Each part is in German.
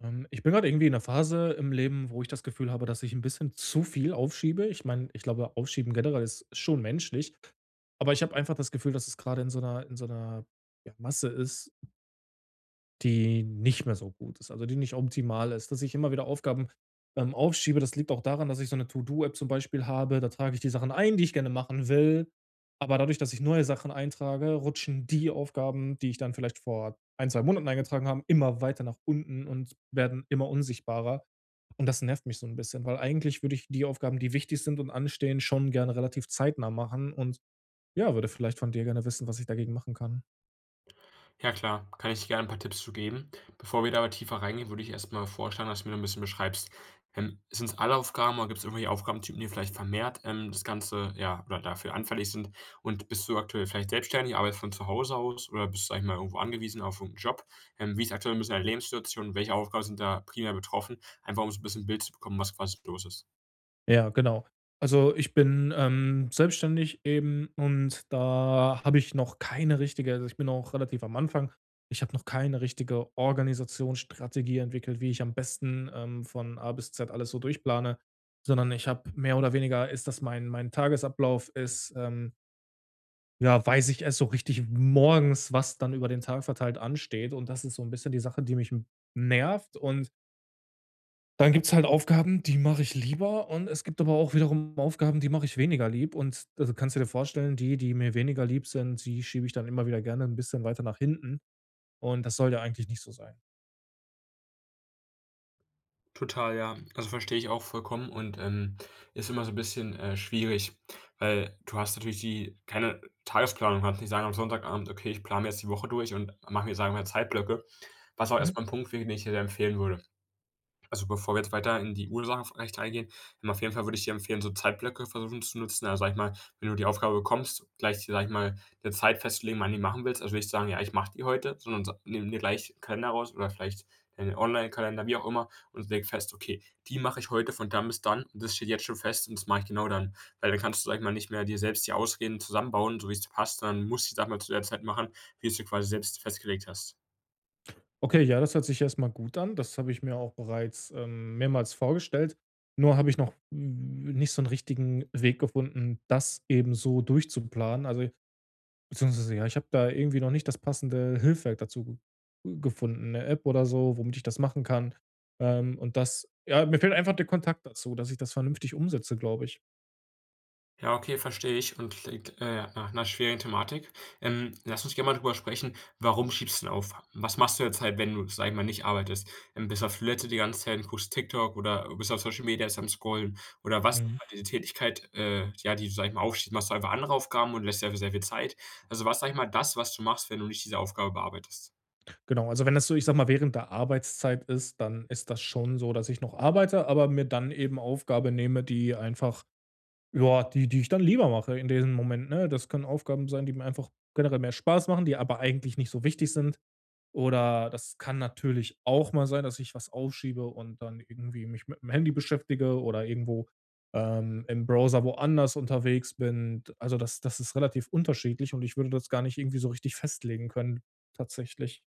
Ich bin gerade irgendwie in 'ner Phase im Leben, wo ich das Gefühl habe, dass ich ein bisschen zu viel aufschiebe. Ich meine, ich glaube, Aufschieben generell ist schon menschlich, aber ich habe einfach das Gefühl, dass es gerade in so einer ja, Masse ist, die nicht mehr so gut ist, also die nicht optimal ist, dass ich immer wieder Aufgaben aufschiebe. Das liegt auch daran, dass ich so eine To-do-App zum Beispiel habe. Da trage ich die Sachen ein, die ich gerne machen will. Aber dadurch, dass ich neue Sachen eintrage, rutschen die Aufgaben, die ich dann vielleicht vor ein 2 Monaten eingetragen habe, immer weiter nach unten und werden immer unsichtbarer. Und das nervt mich so ein bisschen, weil eigentlich würde ich die Aufgaben, die wichtig sind und anstehen, schon gerne relativ zeitnah machen und, ja, würde vielleicht von dir gerne wissen, was ich dagegen machen kann. Ja klar, kann ich dir gerne ein paar Tipps zu geben. Bevor wir da aber tiefer reingehen, würde ich erst mal vorschlagen, dass du mir noch 'n bisschen beschreibst, sind es alle Aufgaben oder gibt es irgendwelche Aufgabentypen, die vielleicht vermehrt, das Ganze ja, oder dafür anfällig sind? Und bist du aktuell vielleicht selbstständig, arbeitest von zu Hause aus oder bist du, sage ich mal, irgendwo angewiesen auf irgend Job? Wie ist aktuell so ein bisschen deine Lebenssituation? Welche Aufgaben sind da primär betroffen? Einfach um so ein bisschen 'n Bild zu bekommen, was quasi los ist. Ja, genau. Also, ich bin, selbstständig eben und da habe ich noch keine richtige, also, ich bin auch relativ am Anfang. Ich habe noch keine richtige Organisationsstrategie entwickelt, wie ich am besten, von A bis Z alles so durchplane, sondern ich habe mehr oder weniger, ist das, mein Tagesablauf ist, ja, weiß ich erst so richtig morgens, was dann über den Tag verteilt ansteht, und das ist so ein bisschen die Sache, die mich nervt. Und dann gibt's halt Aufgaben, die mache ich lieber, und es gibt aber auch wiederum Aufgaben, die mache ich weniger lieb, und also, kannst du dir vorstellen, die, die mir weniger lieb sind, die schiebe ich dann immer wieder gerne ein bisschen weiter nach hinten, und das soll ja eigentlich nicht so sein. Total, ja. Also, verstehe ich auch vollkommen und, ist immer so ein bisschen, schwierig, weil du hast natürlich die keine Tagesplanung, kannst nicht sagen am Sonntagabend: „Okay, ich plane jetzt die Woche durch und mache mir, sagen wir mal, Zeitblöcke.“ Was auch Mhm. erstmal ein Punkt wäre, den ich dir empfehlen würde. Also, bevor wir jetzt weiter in die Ursachen vielleicht eingehen, auf jeden Fall würde ich dir empfehlen, so Zeitblöcke versuchen zu nutzen. Also, sag ich mal, wenn du die Aufgabe bekommst, gleich, sag ich mal, 'ne Zeit festzulegen, wann du die machen willst. Also, nicht sagen: „Ja, ich mache die heute“, sondern sa nimm dir gleich 'n Kalender raus oder vielleicht einen Onlinekalender, wie auch immer, und leg fest: „Okay, die mache ich heute von dann bis dann und das steht jetzt schon fest und das mache ich genau dann.“ Weil dann kannst du, sag ich mal, nicht mehr dir selbst die Ausreden zusammenbauen, so wie es dir passt, sondern musst die Sachen mal zu der Zeit machen, wie du's dir quasi selbst festgelegt hast. Okay, ja, das hört sich erst mal gut an. Das habe ich mir auch bereits, mehrmals vorgestellt. Nur habe ich noch, nicht so einen richtigen Weg gefunden, das eben so durchzuplanen. Beziehungsweise, ja, ich habe da irgendwie noch nicht das passende Hilfswerk dazu ge gefunden, eine App oder so, womit ich das machen kann. Und das, ja, mir fehlt einfach der Kontakt dazu, dass ich das vernünftig umsetze, glaube ich. Ja, okay, verstehe ich und klingt, nach einer schweren Thematik. Lass uns gerne mal drüber sprechen, warum schiebst du denn auf? Was machst du jetzt halt, wenn du, sage ich mal, nicht arbeitest? Bist du auf Toilette die ganze Zeit und guckst TikTok oder bist auf Social Media erst am Scrollen? Oder was Mhm. diese Tätigkeit, ja, die du, sage ich mal, aufschiebst, machst du einfach andere Aufgaben und lässt dir dafür sehr viel Zeit? Also, was, sage ich mal, das, was du machst, wenn du nicht diese Aufgabe bearbeitest? Genau, also wenn das so, ich sage mal, während der Arbeitszeit ist, dann ist das schon so, dass ich noch arbeite, aber mir dann eben Aufgabe nehme, die einfach, ja, die ich dann lieber mache in diesem Moment, ne? Das können Aufgaben sein, die mir einfach generell mehr Spaß machen, die aber eigentlich nicht so wichtig sind. Oder das kann natürlich auch mal sein, dass ich was aufschiebe und dann irgendwie mich mit dem Handy beschäftige oder irgendwo, im Browser woanders unterwegs bin. Also, das ist relativ unterschiedlich, und ich würde das gar nicht irgendwie so richtig festlegen können tatsächlich.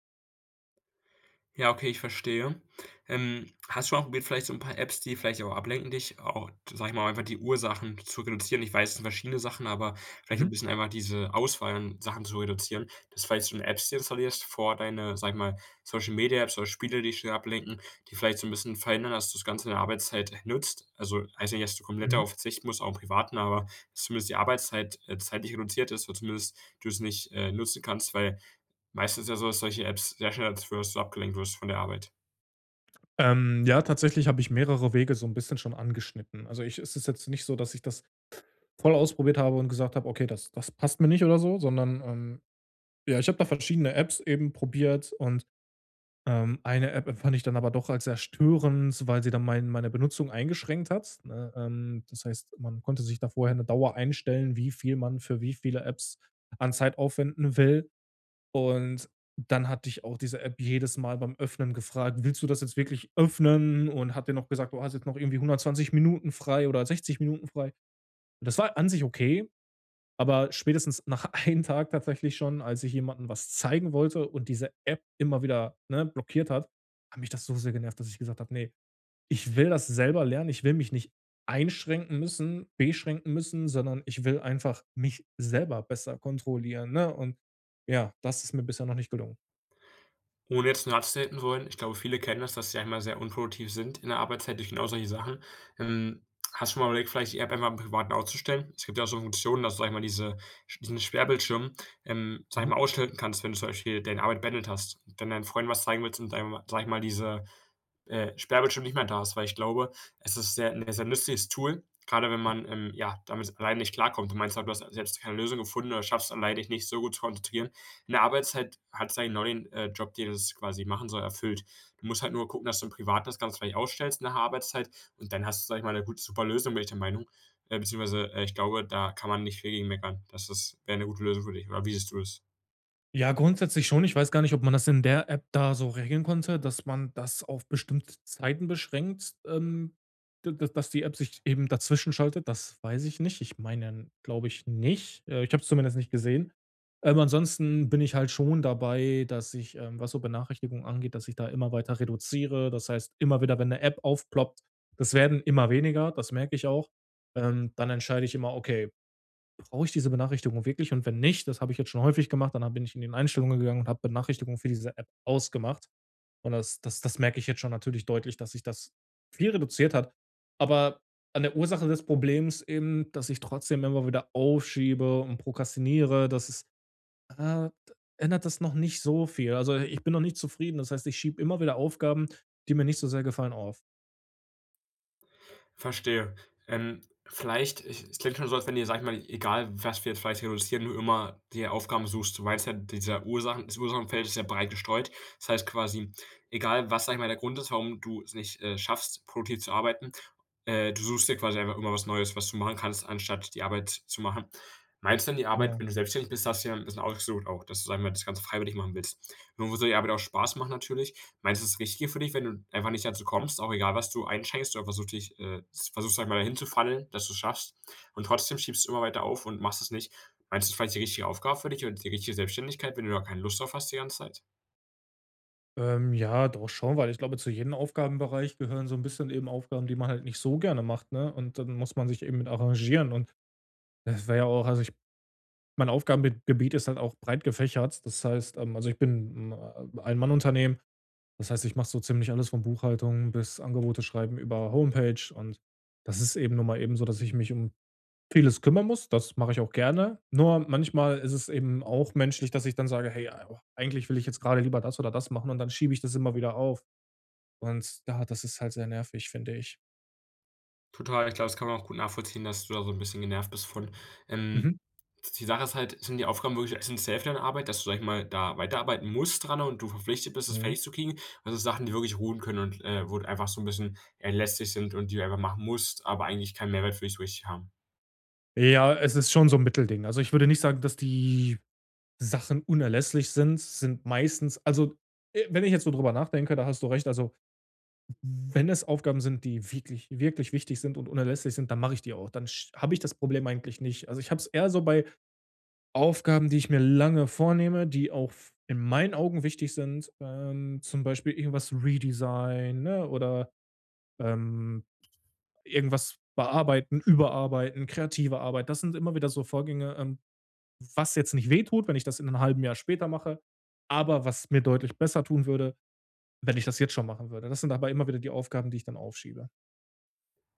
Ja, okay, ich verstehe. Hast du schon mal probiert, vielleicht so ein paar Apps, die vielleicht auch ablenken, dich auch, sage ich mal, einfach die Ursachen zu reduzieren? Ich weiß, es sind verschiedene Sachen, aber vielleicht so ein Mhm. bisschen einfach diese Auswahl an Sachen zu reduzieren, dass vielleicht so 'ne Apps dir installierst vor deine, sage ich mal, Social Media Apps oder Spiele, die dich schnell ablenken, die vielleicht so ein bisschen verhindern, dass du das Ganze in der Arbeitszeit nutzt. Also, heißt ja nicht, dass du komplett Mhm. darauf verzichten musst, auch im Privaten, aber dass zumindest die Arbeitszeit, zeitlich reduziert ist oder zumindest du es nicht, nutzen kannst, weil meistens ist ja so, dass solche Apps sehr schnell dazu führen, dass du abgelenkt wirst von der Arbeit. Ja, tatsächlich habe ich mehrere Wege so ein bisschen schon angeschnitten. Also, ich, es ist jetzt nicht so, dass ich das voll ausprobiert habe und gesagt habe: „Okay, das passt mir nicht“ oder so, sondern, ja, ich habe da verschiedene Apps eben probiert und eine App empfand ich dann aber doch als sehr störend, weil sie dann meine Benutzung eingeschränkt hat, ne? Das heißt, man konnte sich da vorher eine Dauer einstellen, wie viel man für wie viele Apps an Zeit aufwenden will. Und dann hatte ich auch diese App jedes Mal beim Öffnen gefragt: „Willst du das jetzt wirklich öffnen?“ Und hat dir noch gesagt: „Du hast jetzt noch irgendwie 120 Minuten frei oder 60 Minuten frei.“ Das war an sich okay, aber spätestens nach einem Tag tatsächlich schon, als ich jemandem was zeigen wollte und diese App immer wieder, ne, blockiert hat, hat mich das so sehr genervt, dass ich gesagt habe: „Nee, ich will das selber lernen. Ich will mich nicht einschränken müssen, beschränken müssen, sondern ich will einfach mich selber besser kontrollieren“, ne? Und ja, das ist mir bisher noch nicht gelungen. Ohne jetzt 'ne Latte zu hätten wollen, ich glaube, viele kennen das, dass sie einmal sehr unproduktiv sind in der Arbeitszeit durch genau solche Sachen. Ähm, Hast du schon mal überlegt, vielleicht die App einfach im Privaten auszustellen? Es gibt ja auch so Funktionen, dass du, sag ich mal, diesen Sperrbildschirm, sage ich mal, ausschalten kannst, wenn du zum Beispiel deine Arbeit beendet hast. Wenn deinen Freunden was zeigen willst und, deinem, sag ich mal, diese Sperrbildschirm nicht mehr da ist, weil ich glaube, es ist sehr 'n sehr nützliches Tool, gerade wenn man, ja, damit alleine nicht klarkommt. Du meinst halt, du hast selbst keine Lösung gefunden oder schaffst alleine dich nicht so gut zu konzentrieren. In der Arbeitszeit hat's eigentlich genau den, Job, den es quasi machen soll, erfüllt. Du musst halt nur gucken, dass du im Privaten das Ganze vielleicht ausstellst nach der Arbeitszeit und dann hast du, sage ich mal, eine gute super Lösung, bin ich der Meinung. Beziehungsweise, ich glaube, da kann man nicht viel gegen meckern. Das ist wäre eine gute Lösung für dich, oder wie siehst du das? Ja, grundsätzlich schon. Ich weiß gar nicht, ob man das in der App da so regeln konnte, dass man das auf bestimmte Zeiten beschränkt, d d dass die App sich eben dazwischen schaltet, das weiß ich nicht. Ich meine, glaube ich nicht. Ich habe es zumindest nicht gesehen. Ansonsten bin ich halt schon dabei, dass ich, was so Benachrichtigungen angeht, dass ich da immer weiter reduziere. Das heißt, immer wieder, wenn eine App aufploppt, das werden immer weniger, das merke ich auch. Dann entscheide ich immer: „Okay, brauche ich diese Benachrichtigung wirklich?“ Und wenn nicht, das habe ich jetzt schon häufig gemacht, dann hab bin ich in den Einstellungen gegangen und habe Benachrichtigungen für diese App ausgemacht. Und das merke ich jetzt schon natürlich deutlich, dass sich das viel reduziert hat. Aber an der Ursache des Problems eben, dass ich trotzdem immer wieder aufschiebe und prokrastiniere, das ist, äh, ändert das noch nicht so viel. Also, ich bin noch nicht zufrieden. Das heißt, ich schiebe immer wieder Aufgaben, die mir nicht so sehr gefallen, auf. Verstehe. Ähm, Vielleicht ich es klingt schon so, als wenn dir, sag ich mal, egal was wir jetzt vielleicht reduzieren, du immer die Aufgaben suchst. Du meinst ja, dieser Ursachen das Ursachenfeld ist ja breit gestreut. Das heißt quasi, egal was, sag ich mal, der Grund ist, warum du es nicht, schaffst, produktiv zu arbeiten, du suchst dir quasi einfach immer was Neues, was du machen kannst, anstatt die Arbeit zu machen. Meinst du denn die Arbeit Genau. wenn du selbstständig bist, hast du ja 'n bisschen ausgesucht auch, dass du, sag ich mal, das Ganze freiwillig machen willst. Irgendwo soll die Arbeit auch Spaß machen natürlich, meinst du, es ist richtig für dich, wenn du einfach nicht dazu kommst, auch egal, was du einschenkst oder versuchst dich, versuchst, sage ich mal, dahin zu fallen, dass du's schaffst und trotzdem schiebst du immer weiter auf und machst es nicht. Meinst du, das ist vielleicht die richtige Aufgabe für dich und die richtige Selbstständigkeit, wenn du da keine Lust drauf hast die ganze Zeit? Ja, doch schon, weil ich glaube, zu jedem Aufgabenbereich gehören so ein bisschen eben Aufgaben, die man halt nicht so gerne macht, ne? Und dann muss man sich eben mit arrangieren, und das wäre ja auch, also, ich, mein Aufgabengebiet ist halt auch breit gefächert. Das heißt, also, ich bin 'n Ein-Mann-Unternehmen. Das heißt, ich mache so ziemlich alles, von Buchhaltung bis Angebote schreiben über Homepage, und das ist eben nun mal eben so, dass ich mich um vieles kümmern muss. Das mache ich auch gerne. Nur manchmal ist es eben auch menschlich, dass ich dann sage: „Hey, eigentlich will ich jetzt gerade lieber das oder das machen“, und dann schiebe ich das immer wieder auf. Und ja, das ist halt sehr nervig, finde ich. Total, ich glaube, das kann man auch gut nachvollziehen, dass du da so 'n bisschen genervt bist von. Ähm, Mhm. Die Sache ist halt, sind die Aufgaben wirklich essenziell für deine Arbeit, dass du, sage ich mal, da weiterarbeiten musst dran und du verpflichtet bist, es Mhm. fertig zu kriegen? Also Sachen, die wirklich ruhen können und, wo einfach so 'n bisschen, lästig sind und die du einfach machen musst, aber eigentlich keinen Mehrwert für dich so richtig haben? Ja, es ist schon so ein Mittelding. Also, ich würde nicht sagen, dass die Sachen unerlässlich sind, sind meistens, also, wenn ich jetzt so drüber nachdenke, da hast du recht. Also, wenn es Aufgaben sind, die wirklich, wirklich wichtig sind und unerlässlich sind, dann mache ich die auch. Dann habe ich das Problem eigentlich nicht. Also, ich habe es eher so bei Aufgaben, die ich mir lange vornehme, die auch f in meinen Augen wichtig sind, zum Beispiel irgendwas Redesign, ne, oder, ähm irgendwas bearbeiten, überarbeiten, kreative Arbeit. Das sind immer wieder so Vorgänge, was jetzt nicht wehtut, wenn ich das in einem halben Jahr später mache, aber was mir deutlich besser tun würde, wenn ich das jetzt schon machen würde. Das sind aber immer wieder die Aufgaben, die ich dann aufschiebe.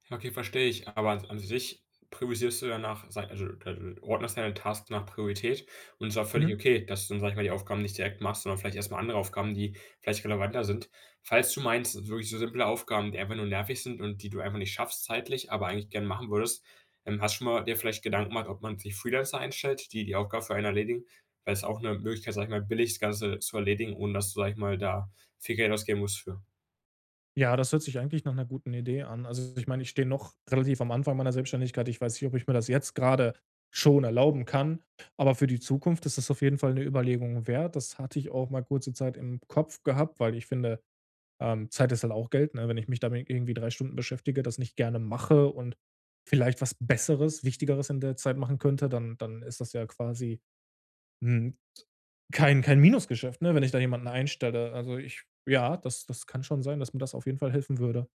Ja, okay, verstehe ich. Aber an an sich priorisierst du ja nach also, du ordnest deine Tasks nach Priorität und es ist auch völlig Mhm. okay, dass du dann, sag ich mal, die Aufgaben nicht direkt machst, sondern vielleicht erstmal andere Aufgaben, die vielleicht relevanter sind. Falls du meinst, es sind wirklich so simple Aufgaben, die einfach nur nervig sind und die du einfach nicht schaffst zeitlich, aber eigentlich gerne machen würdest, hast du schon mal dir vielleicht Gedanken gemacht, ob man sich Freelancer einstellt, die die Aufgabe für einen erledigen? Weil es auch eine Möglichkeit, sag ich mal, billig das Ganze zu erledigen, ohne dass du, sag ich mal, da viel Geld ausgeben musst für. Ja, das hört sich eigentlich nach einer guten Idee an. Also, ich meine, ich stehe noch relativ am Anfang meiner Selbstständigkeit. Ich weiß nicht, ob ich mir das jetzt gerade schon erlauben kann, aber für die Zukunft ist das auf jeden Fall eine Überlegung wert. Das hatte ich auch mal kurze Zeit im Kopf gehabt, weil ich finde, Zeit ist halt auch Geld, ne? Wenn ich mich damit irgendwie 3 Stunden beschäftige, das nicht gerne mache und vielleicht was Besseres, Wichtigeres in der Zeit machen könnte, dann ist das ja quasi, hm, kein Minusgeschäft, ne, wenn ich da jemanden einstelle. Also, ich, ja, das kann schon sein, dass mir das auf jeden Fall helfen würde.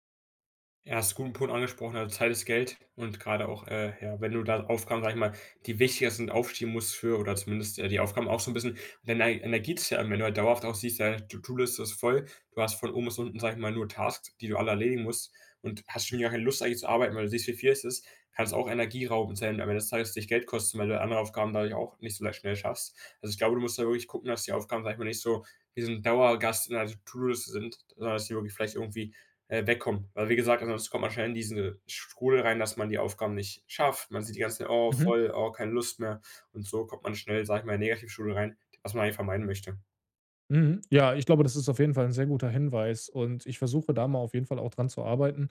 Ja, hast 'n guten Punkt angesprochen. Also, Zeit ist Geld und gerade auch, ja, wenn du da Aufgaben, sag ich mal, die wichtiger sind, aufschieben musst für oder zumindest, die Aufgaben auch so ein bisschen deine Energie zehren. Wenn du halt dauerhaft auch siehst, deine To-do-Liste ist voll, du hast von oben bis unten, sag ich mal, nur Tasks, die du alle erledigen musst und hast schon gar keine Lust eigentlich zu arbeiten, weil du siehst, wie viel es ist, kann es auch energieraubend sein und am Ende des Tages dich Geld kosten, weil du andere Aufgaben dadurch auch nicht so leicht schnell schaffst. Also, ich glaube, du musst da wirklich gucken, dass die Aufgaben, sag ich mal, nicht so diesen Dauergast in der To-do-Liste sind, sondern dass die wirklich vielleicht irgendwie wegkommen. Weil wie gesagt, ansonsten kommt man schnell in diesen Strudel rein, dass man die Aufgaben nicht schafft. Man sieht die ganzen: „Oh, Mhm, voll, oh, keine Lust mehr.“ Und so kommt man schnell, sage ich mal, in den Negativstrudel rein, was man eigentlich vermeiden möchte. mhm. Ja, ich glaube, das ist auf jeden Fall ein sehr guter Hinweis, und ich versuche da mal auf jeden Fall auch dran zu arbeiten.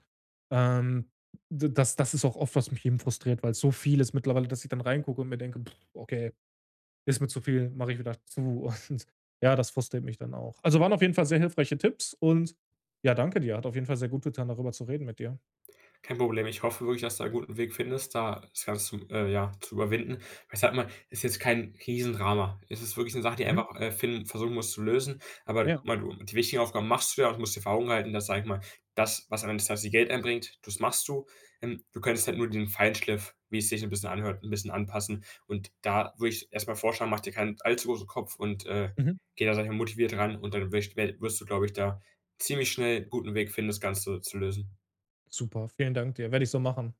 Ähm, d das ist auch oft, was mich eben frustriert, weil's so viel ist mittlerweile, dass ich dann reingucke und mir denke: pff, „Okay, ist mir zu viel“, mache ich wieder zu. Und ja, das frustriert mich dann auch. Also waren auf jeden Fall sehr hilfreiche Tipps, und ja, danke dir. Hat auf jeden Fall sehr gut getan, darüber zu reden mit dir. Kein Problem. Ich hoffe wirklich, dass du einen guten Weg findest, da das Ganze zu ja, zu überwinden. Ich sage mal, ist jetzt kein Riesendrama. Es ist wirklich eine Sache, die Mhm. einfach, fin versuchen musst zu lösen. Aber Ja. guck mal, du die wichtigen Aufgaben machst du ja und musst dir vor Augen halten, dass, sag ich mal, das, was am Ende des Tages dir Geld einbringt, das machst du. Du könntest halt nur den Feinschliff, wie es sich ein bisschen anhört, ein bisschen anpassen. Und da würde ich erstmal vorschlagen, mach dir keinen allzu großen Kopf und, Mhm. geh da, sage ich mal, motiviert ran und dann wirst du, glaube ich, da ziemlich schnell 'n guten Weg finden, das Ganze zu lösen. Super. Vielen Dank dir. Werde ich so machen.